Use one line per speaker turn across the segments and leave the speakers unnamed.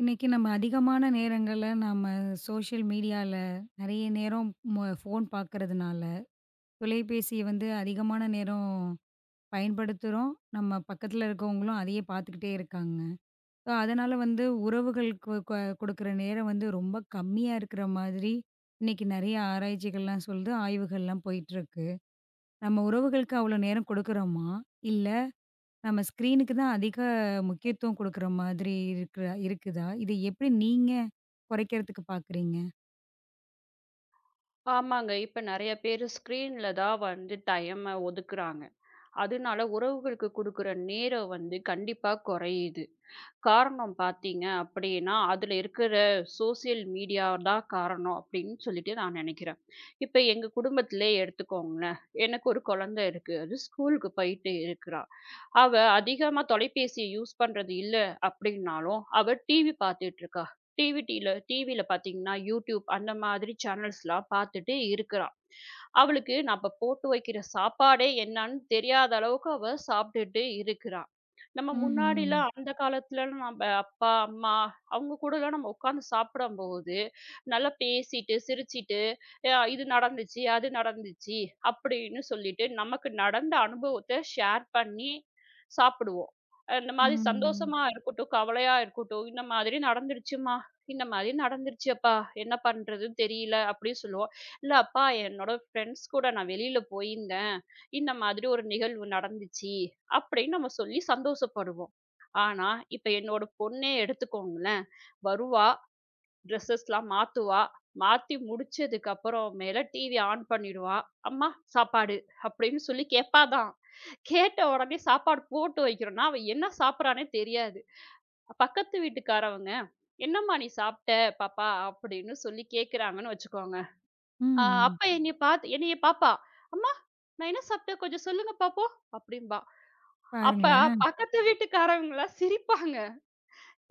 இன்னைக்கு நம்ம அதிகமான நேரங்கள்ல நம்ம சோஷியல் மீடியால நிறைய நேரம் ஃபோன் பார்க்கறதுனால தொலைபேசியை வந்து அதிகமான நேரம் பயன்படுத்துகிறோம். நம்ம பக்கத்தில் இருக்கவங்களும் அதையே பார்த்துக்கிட்டே இருக்காங்க. ஸோ அதனால வந்து உறவுகளுக்கு கொடுக்குற நேரம் வந்து ரொம்ப கம்மியாக இருக்கிற மாதிரி இன்னைக்கு நிறைய ஆராய்ச்சிகள்லாம் சொல்லுது, ஆய்வுகள்லாம் போயிட்டு இருக்கு. நம்ம உறவுகளுக்கு அவ்வளோ நேரம் கொடுக்குறோமா? இல்லை, நம்ம ஸ்க்ரீனுக்கு தான் அதிக முக்கியத்துவம் குடுக்குற மாதிரி இருக்குற இருக்குதா? இத எப்படி நீங்க குறைக்கிறதுக்கு பாக்குறீங்க?
ஆமாங்க. இப்ப நெறைய பேரு ஸ்க்ரீன்ல தான் வந்து டைம ஒதுக்குறாங்க. அதனால உறவுகளுக்கு குடுக்குற நேரம் வந்து கண்டிப்பா குறையுது. காரணம் பார்த்தீங்க அப்படின்னா, அதில இருக்கிற சோசியல் மீடியா தான் காரணம் அப்படின்னு சொல்லிட்டு நான் நினைக்கிறேன். இப்ப எங்க குடும்பத்திலேயே எடுத்துக்கோங்களேன். எனக்கு ஒரு குழந்தை இருக்கு. அது ஸ்கூலுக்கு போயிட்டு இருக்கிறா. அவ அதிகமா தொலைபேசிய யூஸ் பண்றது இல்ல அப்படின்னாலும், அவ டிவி பார்த்துட்டு இருக்கா. டிவில பார்த்தீங்கன்னா, யூடியூப் அந்த மாதிரி சேனல்ஸ்லாம் பார்த்துட்டு இருக்கிறா. அவளுக்கு நம்ம போட்டு வைக்கிற சாப்பாடே என்னன்னு தெரியாத அளவுக்கு அவ சாப்பிட்டுட்டு இருக்கிறா. நம்ம
ம்ஹ்ம்.
முன்னாடிலாம் அந்த காலத்துலலாம் நம்ம அப்பா, அம்மா அவங்க கூடலாம் நம்ம உட்காந்து சாப்பிடும்போது, நல்லா பேசிட்டு, சிரிச்சுட்டு, "அ இது நடந்துச்சு, அது நடந்துச்சு" அப்படின்னு சொல்லிட்டு, நமக்கு நடந்த அனுபவத்த ஷேர் பண்ணி சாப்பிடுவோம். அ இந்த மாதிரி
ம்.
சந்தோஷமா இருக்கட்டும், கவலையா இருக்கட்டும், "இந்த மாதிரி நடந்துருச்சும்மா, இந்த மாதிரி நடந்துருச்சு அப்பா, என்ன பண்றதுன்னு தெரியல" அப்படின்னு சொல்லுவோம். "இல்ல அப்பா, என்னோட ஃப்ரெண்ட்ஸ் கூட நான் வெளியில போயிருந்தேன். இந்த மாதிரி ஒரு நிகழ்வு நடந்துச்சு அப்படின்னு நம்ம சொல்லி சந்தோஷப்படுவோம். ஆனா, இப்ப என்னோட பொண்ணே எடுத்துக்கோங்களேன். வருவா, ட்ரெஸ்ஸஸ்லாம் மாத்துவா. மாத்தி முடிச்சதுக்கு அப்புறமேல டிவி ஆன் பண்ணிடுவா. "அம்மா சாப்பாடு" அப்படின்னு சொல்லி கேட்பா தான். கேட்ட உடனே சாப்பாடு போட்டு வைக்கிறோம்னா, அவ என்ன சாப்பிடுறான்னே தெரியாது. பக்கத்து வீட்டுக்காரவங்க, "என்னம்மா நீ சாப்பிட்ட பாப்பா?" அப்படின்னு சொல்லி கேட்குறாங்கன்னு வச்சுக்கோங்க. ஆ
ம்.
அப்ப என்னைய பாத்து என்னைய பாப்பா, "அம்மா நான் என்ன சாப்பிட்டேன்? கொஞ்சம் சொல்லுங்க பாப்போம்" அப்படிம்பா. அப்ப
பாருங்களேன்.
பக்கத்து வீட்டுக்காரவங்கலாம் சிரிப்பாங்க.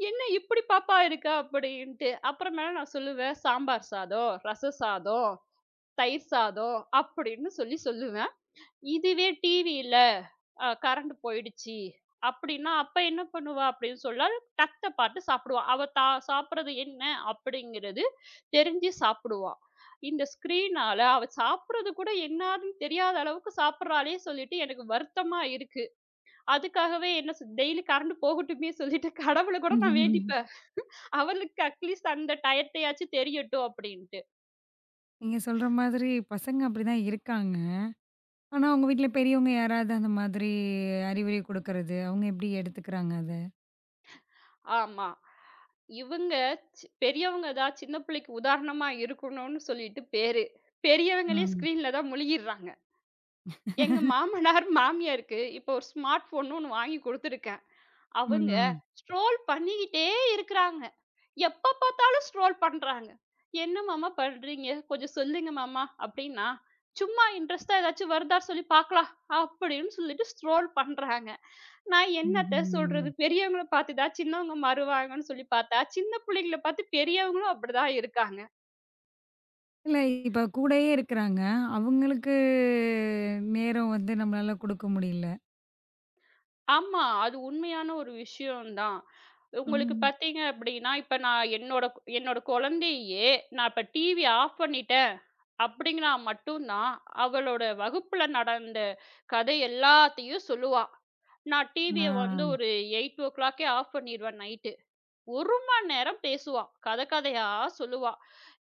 "என்ன இப்படி பாப்பா இருக்கா?" அப்படின்ட்டு. அப்புறமேல நான் சொல்லுவேன், "சாம்பார் சாதம், ரச சாதம், தயிர் சாதம்" அப்படின்னு சொல்லி சொல்லுவேன். இதுவே டிவியில அ கரண்ட் போயிடுச்சு அப்படின்னா, அப்ப என்ன பண்ணுவா அப்படின்னு சொன்னா, டக்த பார்த்து சாப்பிடுவா. அவ தா சாப்பிடுறது என்ன அப்படிங்கிறது தெரிஞ்சு சாப்பிடுவா. இந்த ஸ்க்ரீனால அவ சாப்பிடுறது கூட என்னாதுன்னு தெரியாத அளவுக்கு சாப்பிடுறாளே சொல்லிட்டு எனக்கு வருத்தமா இருக்கு. அதுக்காகவே என்ன சொ டெய்லி கரண்ட் போகட்டுமே சொல்லிட்டு கடவுள கூட நான் வேண்டிப்பேன். அவளுக்கு அட்லீஸ்ட் அந்த டயத்தையாச்சும் தெரியட்டும் அப்படின்ட்டு.
நீங்க சொல்ற மாதிரி பசங்க அப்படிதான் இருக்காங்க. ஆனா உங்க வீட்ல பெரியவங்க யாராவது அந்த மாதிரி அறிவுரை குடுக்கறது, அவங்க எப்படி எடுத்துக்கிறாங்க அத?
ஆமா. இவங்க பெரியவங்க தான் சின்ன பிள்ளைக்கு உதாரணமா இருக்கணும்னு சொல்லிட்டு பேரு. பெரியவங்களே
ம்.
ஸ்க்ரீன்ல தான் முழுகிடுறாங்க. எங்க மாமனார், மாமியாருக்கு இப்போ ஒரு ஸ்மார்ட் ஃபோன்னு ஒண்ணு வாங்கி குடுத்துருக்கேன். அவங்க
ம்.
ஸ்ட்ரோல் பண்ணிக்கிட்டே இருக்கிறாங்க. எப்ப பார்த்தாலும் ஸ்ட்ரோல் பண்றாங்க. "என்ன மாமா பண்றீங்க? கொஞ்சம் சொல்லுங்க மாமா" அப்படின்னா, "சும்மா இன்ட்ரெஸ்ட்டா ஏதாச்சும் வருதா சொல்லி பார்க்கலாம்" அப்படின்னு சொல்லிட்டு ஸ்ட்ரோல் பண்றாங்க. நான் என்னத்த
ம்ஹ்ம்.
சொல்றது? பெரியவங்கள பார்த்து தான் சின்னவங்க மாறுவாங்கன்னு சொல்லி பார்த்தா, சின்ன புள்ளைங்கள பார்த்து பெரியவங்களும் அப்படிதான் இருக்காங்க.
இல்ல இப்ப கூடயே இருக்கிறாங்க. அவங்களுக்கு நேரம் வந்து நம்மளால குடுக்க முடியல.
ஆமா, அது உண்மையான ஒரு விஷயம் தான். உங்களுக்கு
ம்.
பார்த்தீங்க அப்படின்னா, இப்ப நான் என்னோட குழந்தையே நான் இப்ப டிவி ஆஃப் பண்ணிட்டேன் அப்படின்னா மட்டும் தான், அவளோட வகுப்புல நடந்த கதை எல்லாத்தையும் சொல்லுவா. நான்
ஆ.
டிவிய வந்து ஒரு 8:00 ஆஃப் பண்ணிருவேன் நைட்டு. 1 மணி நேரம் பேசுவா. கதை கதையா சொல்லுவா.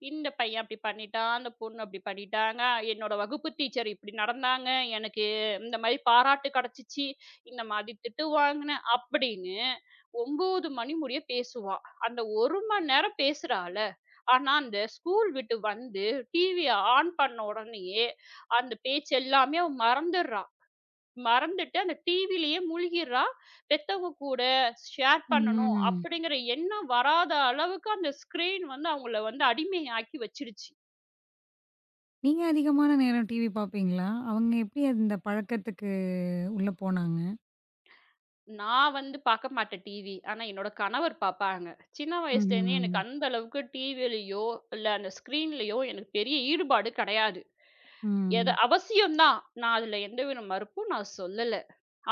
இந்த பையன் அப்படி பண்ணிட்டான், அந்த பொண்ணு அப்படி பண்ணிட்டாங்க, என்னோட வகுப்பு டீச்சர் இப்படி நடந்தாங்க, எனக்கு இந்த மாரி பாராட்டு கிடைச்சிச்சு, இந்த மாதிரி திட்டு வாங்கினேன் அப்படின்னு 9 மணி முடிய பேசுவா. அந்த 1 மணி நேரம் பேசுறால, ஆனா அந்த ஸ்கூல் விட்டு வந்து டிவிய ஆன் பண்ண உடனேயே அந்த பேச்சு எல்லாமே அவ மறந்துடுறா. மறந்துட்டு அந்த டிவிலயே மூழ்கிறா. பெத்தவங்க கூட ஷேர் பண்ணணும்
ம்.
அப்படிங்கிற எண்ணம் வராத அளவுக்கு அந்த ஸ்க்ரீன் வந்து அவங்கள வந்து அடிமையாக்கி வச்சிருச்சு.
நீங்க அதிகமான நேரம் டிவி பார்ப்பீங்களா? அவங்க எப்படி அந்த பழக்கத்துக்கு உள்ள போனாங்க?
நான் வந்து பார்க்க மாட்டேன் டிவி. ஆனா என்னோட கணவர் பார்ப்பாங்க. சின்ன வயசுலேருந்தே
ம்ஹ்ம்.
எனக்கு அந்த அளவுக்கு டிவிலயோ, இல்ல அந்த ஸ்க்ரீன்லயோ எனக்கு பெரிய ஈடுபாடு கிடையாது. எது
ம்.
அவசியம் தான். நான் அதுல எந்தவித மறுப்பும் நான் சொல்லல.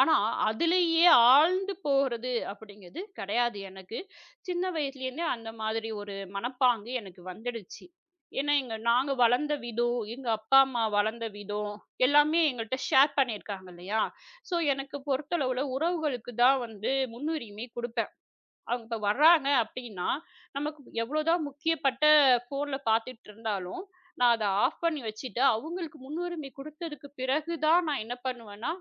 ஆனா, அதிலேயே ஆழ்ந்து போறது அப்படிங்கிறது கிடையாது எனக்கு. சின்ன வயசுலேருந்தே அந்த மாதிரி ஒரு மனப்பாங்கு எனக்கு வந்துடுச்சு. ஏன்னா, எங்க நாங்க வளர்ந்த விதம், எங்க அப்பா, அம்மா வளர்ந்த விதம் எல்லாமே எங்கள்ட்ட ஷேர் பண்ணியிருக்காங்க இல்லையா? ஸோ, எனக்கு பொறுத்தளவுல உறவுகளுக்கு தான் வந்து முன்னுரிமை குடுப்பேன். அவங்க இப்ப வர்றாங்க அப்படின்னா, நமக்கு எவ்வளோதான் முக்கியப்பட்ட ஃபோன்ல பார்த்துட்டு இருந்தாலும், நான் அத ஆஃப் பண்ணி வச்சுட்டு, அவங்களுக்கு முன்னுரிமை குடுத்ததுக்கு பிறகு தான் நான் என்ன பண்ணுவேன்னா,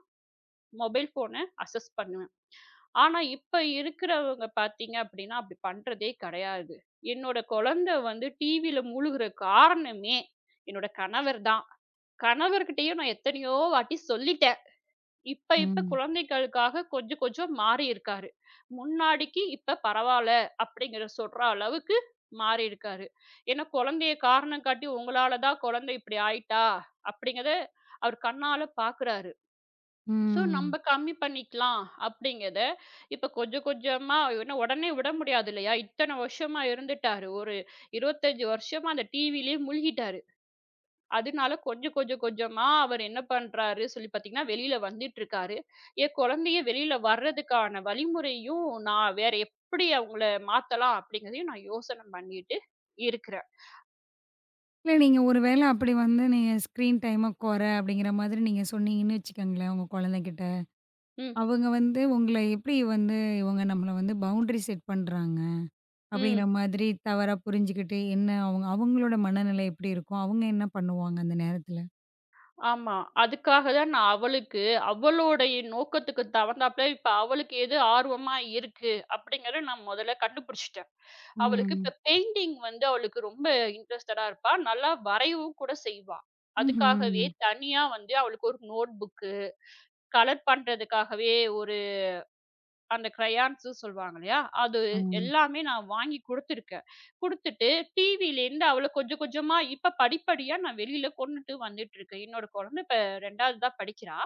மொபைல் ஃபோன அசஸ் பண்ணுவேன். ஆனா இப்ப இருக்கிறவங்க பார்த்தீங்க அப்படின்னா, அப்படி பண்றதே கிடையாது. என்னோட குழந்தை வந்து டிவில மூழ்குற காரணமே என்னோட கணவர் தான். கணவர்கிட்டயும் நான் எத்தனையோ வாட்டி சொல்லிட்டேன். இப்ப இப்ப
ம்.
குழந்தைகளுக்காக கொஞ்சம் கொஞ்சம் மாறி இருக்காரு. முன்னாடிக்கு இப்ப பரவால்ல அப்படிங்கிற சொல்ற அளவுக்கு மாறி இருக்காரு. ஏன்னா குழந்தைய காரணம் காட்டி உங்களால தான் குழந்தை இப்படி ஆயிட்டா அப்படிங்கிறத அவர் கண்ணால பார்க்குறாரு. ஸோ
ம்.
நம்ம கம்மி பண்ணிக்கலாம் அப்படிங்கிறத இப்போ கொஞ்சம் கொஞ்சமா இன்னும் உடனே விட முடியாது இல்லையா இத்தனை வருஷமா இருந்துட்டாரு ஒரு 25 வருஷமா அந்த டிவிலேயே மூழ்கிட்டாரு அதனால கொஞ்சம் கொஞ்சம் கொஞ்சமா அவர் என்ன பண்றாரு சொல்லி பார்த்தீங்கன்னா வெளியில வந்துட்டு இருக்காரு என் குழந்தைய வெளியில வர்றதுக்கான வழிமுறையும் நான் வேற எப்படி அவங்கள மாத்தலாம் அப்படிங்கிறதையும் நான் யோசனை பண்ணிட்டு இருக்கிறேன்
இல்ல, நீங்க ஒரு வேள அப்படி வந்து நீங்க ஸ்க்ரீன் டைம கொற அப்படிங்கிற மாதிரி நீங்க சொன்னீங்கன்னு வச்சுக்கோங்களேன், உங்க குழந்தைகிட்ட. அவங்க வந்து உங்கள எப்படி வந்து இவங்க நம்மள வந்து பவுண்டரி செட் பண்றாங்க?
ம்
அப்படிங்கிற மாதிரி தவறா புரிஞ்சுகிட்டு என்ன அவங்க அவங்களோட மனநிலை எப்படி இருக்கும்? அவங்க என்ன பண்ணுவாங்க அந்த நேரத்துல?
ஆமா. அதுக்காக தான் நான் அவளுக்கு அவளுடைய நோக்கத்துக்கு தகுந்தாப்ல, இப்ப அவளுக்கு எது ஆர்வமா இருக்கு அப்படிங்கிறத நான் முதல்ல கண்டுபிடிச்சுட்டேன். அவளுக்கு
ம்.
இப்ப பெயிண்டிங் வந்து அவளுக்கு ரொம்ப இன்ட்ரெஸ்டடா இருப்பா. நல்லா வரையவும் கூட செய்வா. அதுக்காகவே
ம்ஹ்ம்.
தனியா வந்து அவளுக்கு ஒரு நோட் புக்கு, கலர் பண்றதுக்காகவே ஒரு அந்த கிரையான்ஸு சொல்லுவாங்க இல்லையா? அது
ம்.
எல்லாமே நான் வாங்கி குடுத்துருக்கேன். குடுத்துட்டு டிவிலேருந்து அவள கொஞ்சம் கொஞ்சமா இப்ப படிப்படியா நான் வெளியில கொண்டுட்டு வந்துட்டுருக்கேன். என்னோட குழந்தை இப்ப 2வது தான் படிக்கிறா.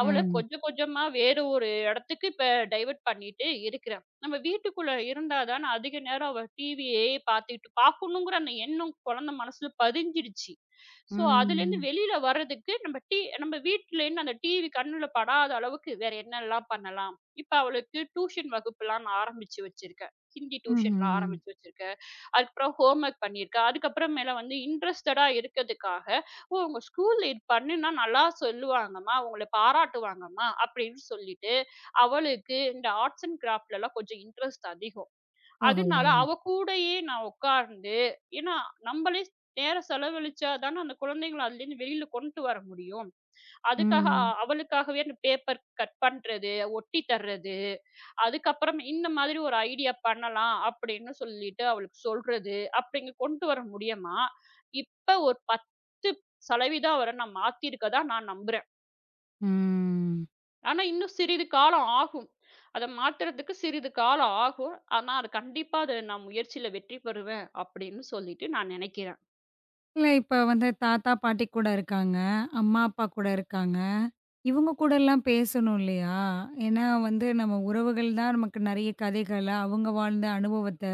அவள
ம்.
கொஞ்சம் கொஞ்சமா வேற ஒரு இடத்துக்கு இப்ப டைவர்ட் பண்ணிட்டு இருக்கிறேன். நம்ம வீட்டுக்குள்ள இருந்தா தான அதிக நேரம் அவ டிவியே பார்த்துட்டு பார்க்கணுங்கிற அந்த எண்ணம் குழந்தை மனசுல பதிஞ்சிடுச்சு. ஸோ, அதுலேருந்து
ம்.
வெளியில வர்றதுக்கு நம்ம வீட்லேருந்து அந்த டிவி கண்ணுல படாத அளவுக்கு வேற என்னலாம் பண்ணலாம்? இப்ப அவளுக்கு டியூஷன் வகுப்புலாம் நான் ஆரம்பிச்சு வச்சிருக்கேன். ஹிந்தி டியூஷன்லாம்
ம்ஹ்ம்.
ஆரம்பிச்சு வச்சிருக்கேன். அதுக்கப்புறம் ஹோம் ஒர்க் பண்ணியிருக்கேன். அதுக்கப்புறமேல வந்து இன்ட்ரஸ்டடா இருக்கதுக்காக, "ஓ! உங்க ஸ்கூல்ல இது பண்ணுனா நல்லா சொல்லுவாங்கம்மா. உங்கள பாராட்டுவாங்கம்மா" அப்படின்னு சொல்லிட்டு, அவளுக்கு இந்த ஆர்ட்ஸ் அண்ட் கிராஃப்ட்லலாம் கொஞ்சம் இன்ட்ரெஸ்ட் அதிகம். அதனால அவ
ஓஹோ!
கூடயே நான் உட்கார்ந்து ஏன்னா நம்மளே நேரம் செலவழிச்சா தானே அந்த குழந்தைங்கள அதுலேருந்து வெளியில கொண்டு வர முடியும். அதுக்காக
ம்,
அவளுக்காகவே அந்த பேப்பர் கட் பண்றது, ஒட்டி தர்றது அதுக்கப்புறம் இந்த மாதிரி ஒரு ஐடியா பண்ணலாம் அப்படின்னு சொல்லிட்டு அவளுக்கு சொல்றது, அப்படிங்க கொண்டு வர முடியுமா? இப்ப ஒரு 10% வரை நான் மாத்தியிருக்கதா நான் நம்புறேன்.
ம்.
ஆனா, இன்னும் சிறிது காலம் ஆகும். அத மாத்துறதுக்கு சிறிது காலம் ஆகும். ஆனா, அது கண்டிப்பா அது நான் முயற்சியில வெற்றி பெறுவேன் அப்படின்னு சொல்லிட்டு நான் நினைக்கிறேன்.
இல்ல, இப்ப வந்து தாத்தா, பாட்டி கூட இருக்காங்க. அம்மா, அப்பா கூட இருக்காங்க. இவங்க கூடலாம் பேசணும் இல்லையா? ஏன்னா வந்து நம்ம உறவுகள் தான் நமக்கு நெறைய கதைகள, அவங்க வாழ்ந்த அனுபவத்த,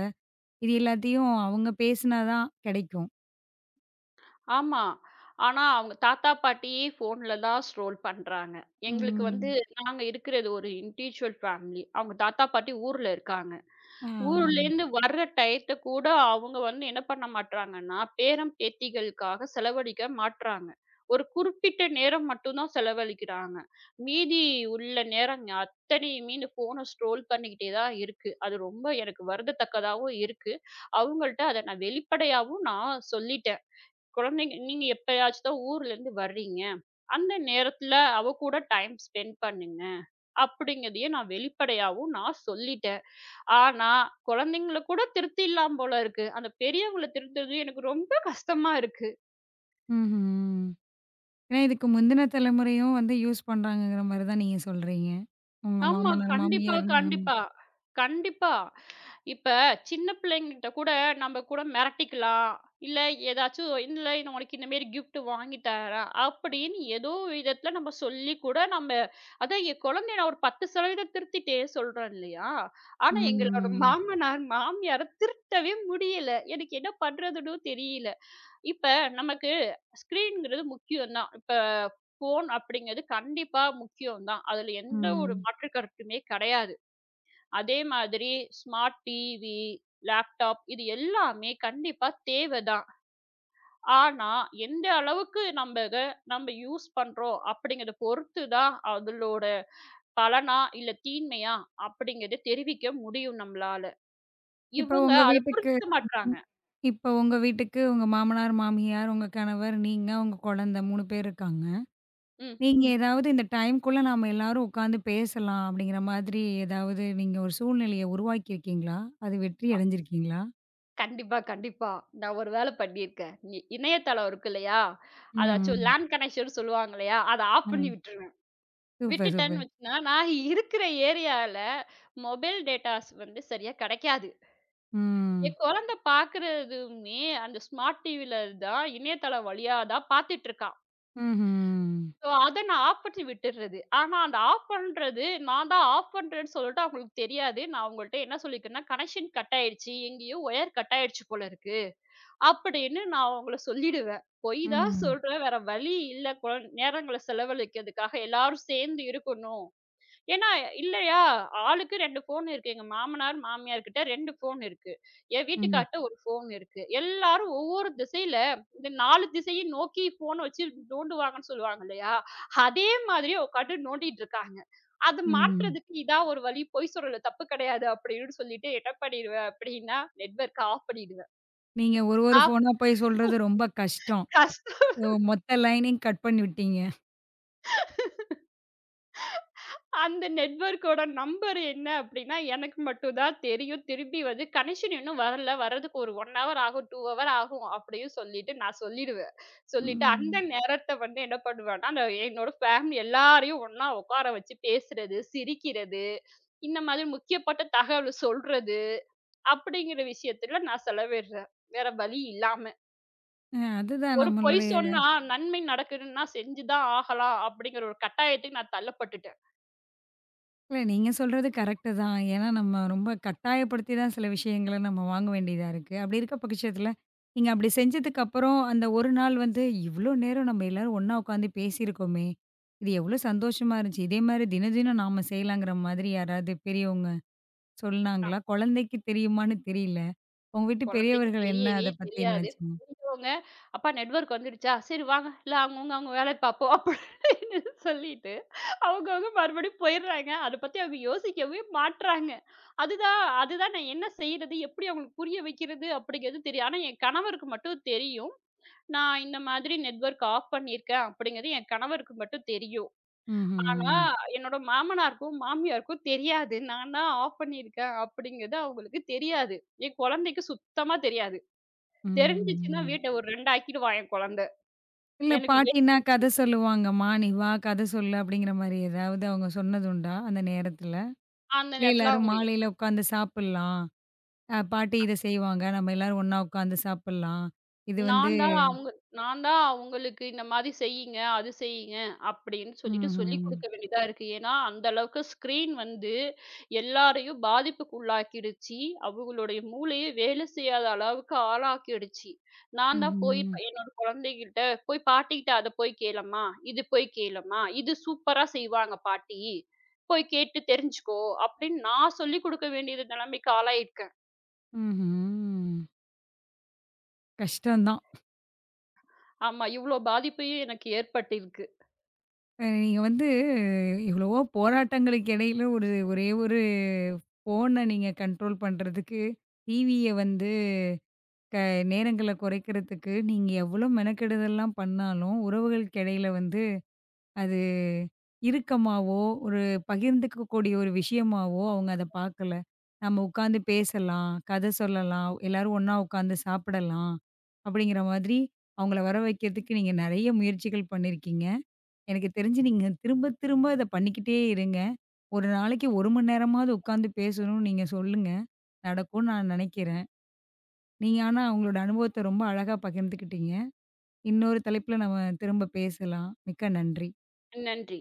இது எல்லாத்தையும் அவங்க பேசினா தான் கிடைக்கும்.
ஆமா. ஆனா, அவங்க தாத்தா, பாட்டியே ஃபோன்ல தான் ஸ்க்ரோல் பண்றாங்க. எங்களுக்கு வந்து
ம்.
நாங்க இருக்கிறது ஒரு இன்டிவிஜுவல் ஃபேமிலி. அவங்க தாத்தா, பாட்டி ஊர்ல இருக்காங்க. ஊர்ல
ஆ.
இருந்து வர்ற டயத்த கூட அவங்க வந்து என்ன பண்ண மாட்றாங்கன்னா, பேரன், பேத்திகளுக்காக செலவழிக்க மாட்றாங்க. ஒரு குறிப்பிட்ட நேரம் மட்டும் தான் செலவழிக்கிறாங்க. மீதி உள்ள நேரங்க அத்தனையுமே இந்த ஃபோன ஸ்க்ரோல் பண்ணிக்கிட்டே தான் இருக்கு. அது ரொம்ப எனக்கு வருந்தத்தக்கதாவும் இருக்கு. அவங்கள்ட்ட அத நான் வெளிப்படையாவும் நான் சொல்லிட்டேன். குழந்தைங்க நீங்க எப்பயாச்சும் தான் ஊர்லேருந்து வர்றீங்க. அந்த நேரத்துல அவ கூட டைம் ஸ்பெண்ட் பண்ணுங்க. அப்படிங்கிறதையும் நான் வெளிப்படையாவும் நான் சொல்லிட்டேன். ஆனா, குழந்தைங்கள கூட திருத்திடலாம் போல இருக்கு. அந்த பெரியவங்கள திருத்துறது எனக்கு ரொம்ப கஷ்டமா இருக்கு.
ம்ஹ்ம். ஏன்னா இதுக்கு முந்தின தலைமுறையும் வந்து யூஸ் பண்றாங்கங்கிற மாரி தான் நீங்க சொல்றீங்க. உங்க
ஆமா.
மாமனார்,
கண்டிப்பா,
மாமியார். ம்,
கண்டிப்பா. கண்டிப்பா. இப்ப சின்ன பிள்ளைங்ககிட்ட கூட நம்ம கூட மிரட்டிக்கலாம். இல்ல ஏதாச்சும் இல்ல இது உனக்கு இந்த மாரி கிஃப்ட் வாங்கி தரேன் அப்படின்னு ஏதோ விதத்துல நம்ம சொல்லி கூட நம்ம அதான் என் குழந்தைய நான் ஒரு 10% திருத்திட்டே சொல்றேன் இல்லையா? ஆனா எங்களோட
ம்,
மாமனார், மாமியார திருத்தவே முடியல. எனக்கு என்ன பண்றதுன்னும் தெரியல. இப்ப நமக்கு ஸ்க்ரீன்ங்கிறது முக்கியம் தான். இப்ப ஃபோன் அப்படிங்கிறது கண்டிப்பா முக்கியம் தான். அதுல எந்த ஒரு
ம்.
மாற்று கருத்துமே கிடையாது. அதே மாதிரி ஸ்மார்ட் டிவி, லேப்டாப் இது எல்லாமே கண்டிப்பா தேவை தான். ஆனா, எந்த அளவுக்கு நம்ம இத நம்ம யூஸ் பண்றோம் அப்படிங்கிறத பொறுத்து தான் அதலோட பலனா, இல்ல தீமையா அப்படிங்கிறத தெரிவிக்க முடியும் நம்மளால.
இப்ப
இவங்க
உங்க
அத
வீட்டுக்கு
புரிஞ்சுக்க மாட்றாங்க.
ம். இப்ப உங்க வீட்டுக்கு உங்க மாமனார், மாமியார், உங்க கணவர், நீங்க, உங்க குழந்தை 3 பேர் இருக்காங்க.
ம்.
நீங்க ம். ஏதாவது இந்த டைம்க்குள்ள நாம எல்லாரும் உட்காந்து பேசலாம் அப்படிங்கிற மாதிரி ஏதாவது நீங்க ஒரு சூழ்நிலைய உருவாக்கி இருக்கீங்களா? அது வெற்றி அடைஞ்சிருக்கீங்களா?
கண்டிப்பா, கண்டிப்பா. நான் ஒரு வேலை பண்ணியிருக்கேன். இணையதளம் இருக்கு இல்லையா? அதாச்சும்
ம்.
லேண்ட் கனெக்ஷன்னு சொல்லுவாங்க இல்லையா? அத ஆஃப் பண்ணி
ம்.
விட்டுருவேன்.
சூப்பர்,
விட்டுட்டேன்னு
சூப்பர்.
வச்சுக்கோங்க, நான் இருக்கிற ஏரியால மொபைல் டேட்டாஸ் வந்து சரியா கிடைக்காது.
ம்.
என் குழந்த பார்க்குறதுமே அந்த ஸ்மார்ட் டிவில தான் இணையதளம் வழியா தான் பார்த்துட்டு இருக்கான்.
ம்ஹ்ம்.
ஸோ, அத நான் ஆஃப் பண்ணி விட்டுர்றது. ஆனா, அந்த ஆஃப் பண்றது நான் தான் ஆஃப் பண்றேன்னு சொல்லிட்டு அவங்களுக்கு தெரியாது. நான் அவங்கள்ட்ட என்ன சொல்லியிருக்கேன்னா, "கனெக்ஷன் கட் ஆயிடுச்சு. எங்கேயோ ஒயர் கட் ஆயிடுச்சு போல இருக்கு. அப்படின்னு நான் அவங்கள சொல்லிடுவேன். பொய் தான்
ம்.
சொல்றேன். வேற வழி இல்ல. நேரங்கள செலவழிக்கிறதுக்காக எல்லாரும் சேர்ந்து இருக்கணும். ஏன்னா இல்லையா, ஆளுக்கு 2 ஃபோன் இருக்கு. எங்க மாமனார், மாமியார் கிட்ட 2 ஃபோன் இருக்கு. என்
ம்.
வீட்டுக்கார்ட்ட 1 ஃபோன் இருக்கு. எல்லாரும் ஒவ்வொரு திசையில இந்த 4 திசையும் நோக்கி ஃபோன் வச்சு நோண்டுவாங்கன்னு சொல்லுவாங்க இல்லையா, அதே மாதிரி உட்காந்து நோண்டிட்டு இருக்காங்க. அது
ம்.
மாற்றுறதுக்கு இதான் ஒரு வழி. பொய் சொல்லல தப்பு கிடையாது அப்படின்னு சொல்லிட்டு என்ன பண்ணிடுவேன் அப்படின்னா, நெட்வொர்க்க ஆஃப் பண்ணிடுவேன்.
நீங்க ஒரு ஒரு
ஆஃப்
ஃபோனா போய் சொல்றது ரொம்ப கஷ்டம்.
கஷ்டம்.
ஓ! மொத்த லைனையும் கட் பண்ணி விட்டீங்க.
அந்த நெட்வொர்க்கோட நம்பர் என்ன அப்படின்னா, எனக்கு மட்டும் தான் தெரியும். திரும்பி வந்து கனெக்ஷன் இன்னும் வரல. வரதுக்கு ஒரு 1 ஹவர் ஆகும், 2 ஹவர் ஆகும் அப்படின்னு சொல்லிட்டு நான் சொல்லிடுவேன். சொல்லிட்டு அந்த
ம்.
நேரத்த வந்து என்ன பண்ணுவேன்னா, நான் என்னோட ஃபேமிலி எல்லாரையும் ஒண்ணா உட்கார வச்சு பேசுறது, சிரிக்கிறது, இந்த மாதிரி முக்கியப்பட்ட தகவல் சொல்றது, அப்படிங்கிற விஷயத்துல நான் செலவிடுறேன். வேற வழி இல்லாம.
அ அதுதான்
ஒரு பொய்
நம்மளுடைய
சொன்னா நன்மை நடக்குதுன்னு நான் செஞ்சு தான் ஆகலாம் அப்படிங்கிற ஒரு கட்டாயத்துக்கு நான் தள்ளப்பட்டுட்டேன்.
இல்ல, நீங்க சொல்றது கரெக்ட்டு தான். ஏன்னா நம்ம ரொம்ப கட்டாயப்படுத்தி தான் சில விஷயங்கள நம்ம வாங்க வேண்டியதா இருக்கு. அப்படி இருக்க பட்சத்துல, நீங்க அப்படி செஞ்சதுக்கு அப்புறம் அந்த ஒரு நாள் வந்து, "இவ்ளோ நேரம் நம்ம எல்லாரும் ஒண்ணா உட்காந்து பேசியிருக்கோமே! இது எவ்ளோ சந்தோஷமா இருந்துச்சு. இதே மாரி தினம் தினம் நாம செய்யலாங்கிற" மாதிரி யாராவது பெரியவங்க சொன்னாங்களா? குழந்தைக்கு தெரியுமான்னு தெரியல. உங்க வீட்டு
குழந்தைக்கு
பெரியவர்கள் என்ன
தெரியவே
அத பத்தி
தெரியாது.
நினைச்சாங்க?
தெரிஞ்சவங்க, "அப்பா நெட்வொர்க் வந்துடுச்சா? சரி வாங்க. இல்ல அவங்கவங்க அவங்க வேலைய பார்ப்போம்." அப்படின்னு சொல்லிட்டு, அவங்கவங்க மறுபடியும் போயிடுறாங்க. அத பத்தி அவங்க யோசிக்கவே மாட்றாங்க. அதுதான் அதுதான் நான் என்ன செய்றது? எப்படி அவங்களுக்கு புரிய வைக்கிறது? அப்படிங்கிறது தெரியும். ஆனா என் கணவருக்கு மட்டும் தெரியும். நான் இந்த மாதிரி நெட்வொர்க் ஆஃப் பண்ணியிருக்கேன் அப்படிங்கிறது என் கணவருக்கு மட்டும் தெரியும். ஆனா
ம்ஹ்ம்.
என்னோட மாமனாருக்கும், மாமியாருக்கும் தெரியாது. நான் தான் ஆஃப் பண்ணியிருக்கேன் அப்படிங்கிறது அவங்களுக்கு தெரியாது. என் குழந்தைக்கு சுத்தமா தெரியாது. தெரிஞ்சுச்சுன்னா
ம்.
வீட்ட ஒரு 2 ஆக்கிடுவான் என் குழந்த.
இல்ல
எனக்கு வே
பாட்டின்னா கதை சொல்லுவாங்கம்மா, "நீ வா கதை சொல்லு" அப்படிங்கிற மாரி ஏதாவது அவங்க சொன்னதுண்டா அந்த நேரத்துல?
அந்த
இல்ல
நேரத்துல
எல்லாரும்
அவங்க
மாலையில உட்காந்து சாப்பிடலாம். அ பாட்டி இத செய்வாங்க. நம்ம எல்லாரும் ஒண்ணா உட்காந்து சாப்பிடலாம். இது வந்து
நான் தான் அவங்க நான் தான் அவங்களுக்கு இந்த மாதிரி செய்யுங்க, அது செய்யுங்க அப்படின்னு சொல்லிட்டு சொல்லிக்
ம்ஹ்ம்.
கொடுக்க வேண்டியதா இருக்கு. ஏன்னா, அந்த அளவுக்கு ஸ்க்ரீன் வந்து எல்லாரையும் பாதிப்புக்கு உள்ளாக்கிடுச்சு. அவங்களுடைய மூளையே வேலை செய்யாத அளவுக்கு ஆளாக்கிடுச்சு. நான் தான் போய்
ம்ஹ்ம்.
இப்ப என்னோட குழந்தைகிட்ட, "போய் பாட்டிகிட்ட அத போய் கேளம்மா, இது போய் கேளம்மா, இது சூப்பரா செய்வாங்க பாட்டி. போய் கேட்டு தெரிஞ்சுக்கோ" அப்படின்னு நான் சொல்லிக் கொடுக்க வேண்டிய நிலைமைக்கு ஆளாயிருக்கேன்.
ம்ஹ்ம். கஷ்டம் தான்.
ஆமா, இவ்ளோ பாதிப்பையும் எனக்கு ஏற்பட்டிருக்கு.
அ நீங்க வந்து எவ்வளவோ போராட்டங்களுக்கு இடையில ஒரு ஒரே ஒரு ஃபோன நீங்க கண்ட்ரோல் பண்றதுக்கு, டிவிய வந்து க நேரங்கள குறைக்கிறதுக்கு, நீங்க எவ்வளோ மெனக்கெடுதல்லாம் பண்ணாலும், உறவுகளுக்கு இடையில வந்து அது இறுக்கமாவோ, ஒரு பகிர்ந்துக்கக்கூடிய ஒரு விஷயமாவோ அவங்க அத பார்க்கல. நம்ம உட்காந்து பேசலாம், கதை சொல்லலாம், எல்லாரும் ஒண்ணா உட்காந்து சாப்பிடலாம், அப்படிங்கிற மாதிரி அவங்கள வர வைக்கிறதுக்கு நீங்க நெறைய முயற்சிகள் பண்ணியிருக்கீங்க. எனக்கு தெரிஞ்சு நீங்க திரும்ப திரும்ப இத பண்ணிக்கிட்டே இருங்க. ஒரு நாளைக்கு 1 மணி நேரமாவது உட்காந்து பேசணும்னு நீங்க சொல்லுங்க. நடக்கும்னு நான் நெனைக்கிறேன். நீங்க ஆனா உங்களோட அனுபவத்த ரொம்ப அழகா பகிர்ந்துக்கிட்டீங்க. இன்னொரு தலைப்புல நம்ம திரும்ப பேசலாம். மிக்க நன்றி.
நன்றி.